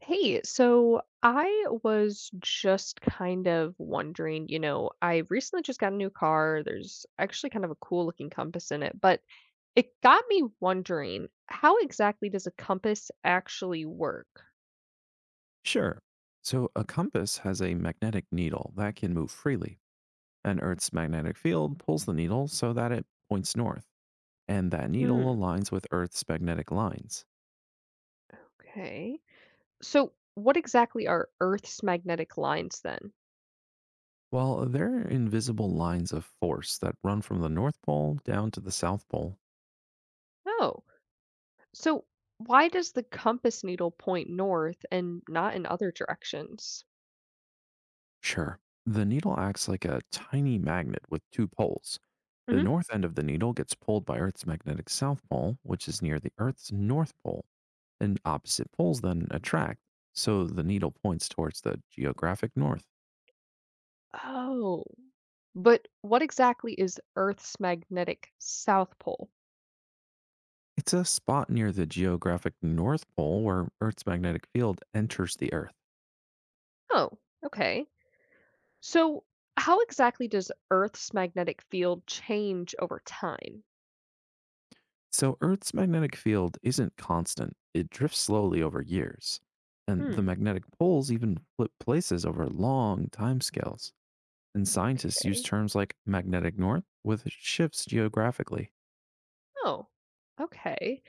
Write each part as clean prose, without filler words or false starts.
Hey, so I was just kind of wondering, I recently just got a new car. There's actually kind of a cool looking compass in it, but it got me wondering, how exactly does a compass actually work? Sure. So a compass has a magnetic needle that can move freely, and Earth's magnetic field pulls the needle so that it points north, and that needle Hmm, aligns with Earth's magnetic lines. okay. So, what exactly are Earth's magnetic lines then? Well, there are invisible lines of force that run from the North Pole down to the South Pole. Oh, so why does the compass needle point north and not in other directions? Sure. The needle acts like a tiny magnet with two poles. The north end of the needle gets pulled by Earth's magnetic south pole, which is near the Earth's north pole, and opposite poles then attract, so the needle points towards the geographic north. Oh. But what exactly is Earth's magnetic south pole? It's a spot near the geographic north pole where Earth's magnetic field enters the Earth. Oh, okay. So, how exactly does Earth's magnetic field change over time? So Earth's magnetic field isn't constant, it drifts slowly over years, and the Hmm. magnetic poles even flip places over long timescales. And scientists use Okay. terms like magnetic north with shifts geographically, Oh, okay.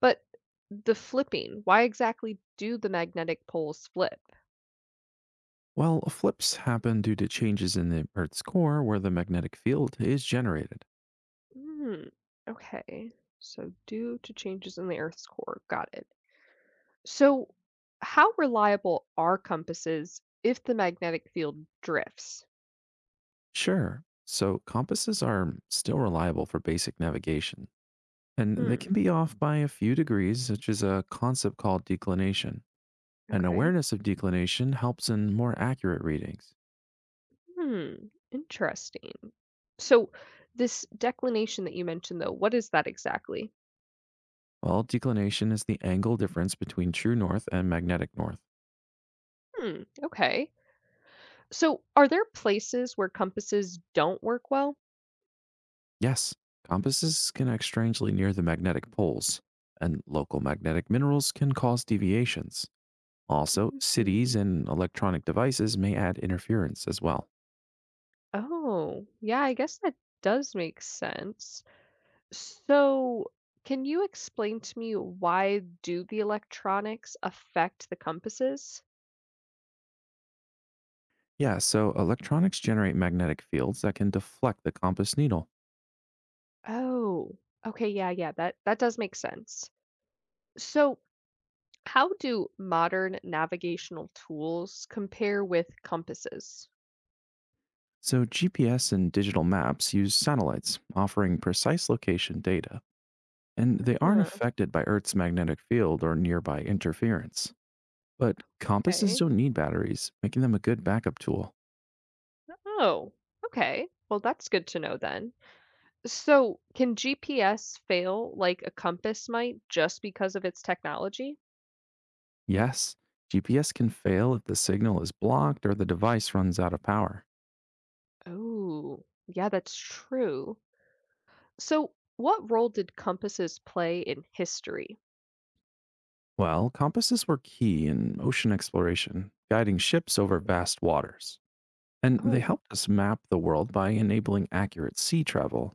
But the flipping, why exactly do the magnetic poles flip? while flips happen due to changes in the Earth's core where the magnetic field is generated. Hmm. Okay. So, due to changes in the Earth's core. Got it. So, how reliable are compasses if the magnetic field drifts? Sure, so compasses are still reliable for basic navigation, and they Hmm. can be off by a few degrees, such as a concept called declination. An Okay. awareness of declination helps in more accurate readings. Hmm. Interesting. So, this declination that you mentioned, though, what is that exactly? Well, declination is the angle difference between true north and magnetic north. Hmm. Okay. So, are there places where compasses don't work well? Yes, compasses can act strangely near the magnetic poles, and local magnetic minerals can cause deviations. Also, cities Hmm. and electronic devices may add interference as well. Oh, yeah, I guess that does make sense. So, can you explain to me why do the electronics affect the compasses? Yeah, so electronics generate magnetic fields that can deflect the compass needle. Oh, okay, yeah, yeah, that does make sense. So, how do modern navigational tools compare with compasses? So, GPS and digital maps use satellites, offering precise location data, and they aren't Huh, affected by Earth's magnetic field or nearby interference. But compasses okay. don't need batteries, making them a good backup tool. Oh, okay. Well, that's good to know then. So, can GPS fail like a compass might just because of its technology? Yes, GPS can fail if the signal is blocked or the device runs out of power. Oh, yeah, that's true. So, what role did compasses play in history? Well, compasses were key in ocean exploration, guiding ships over Hmm. vast waters. And they Oh, helped us map the world by enabling accurate sea travel,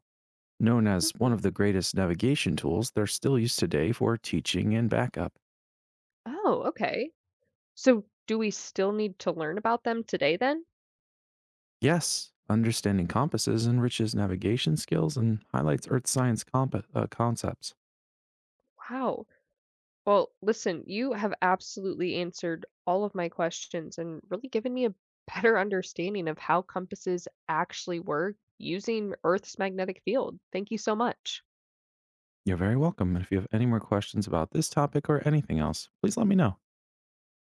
known as hmm. one of the greatest navigation tools they're still used today for teaching and backup. Oh, okay. So, do we still need to learn about them today then? Yes, understanding compasses enriches navigation skills and highlights Earth science concepts. Wow. Well, listen, you have absolutely answered all of my questions and really given me a better understanding of how compasses actually work using Earth's magnetic field. Thank you so much. You're very welcome. And if you have any more questions about this topic or anything else, please let me know.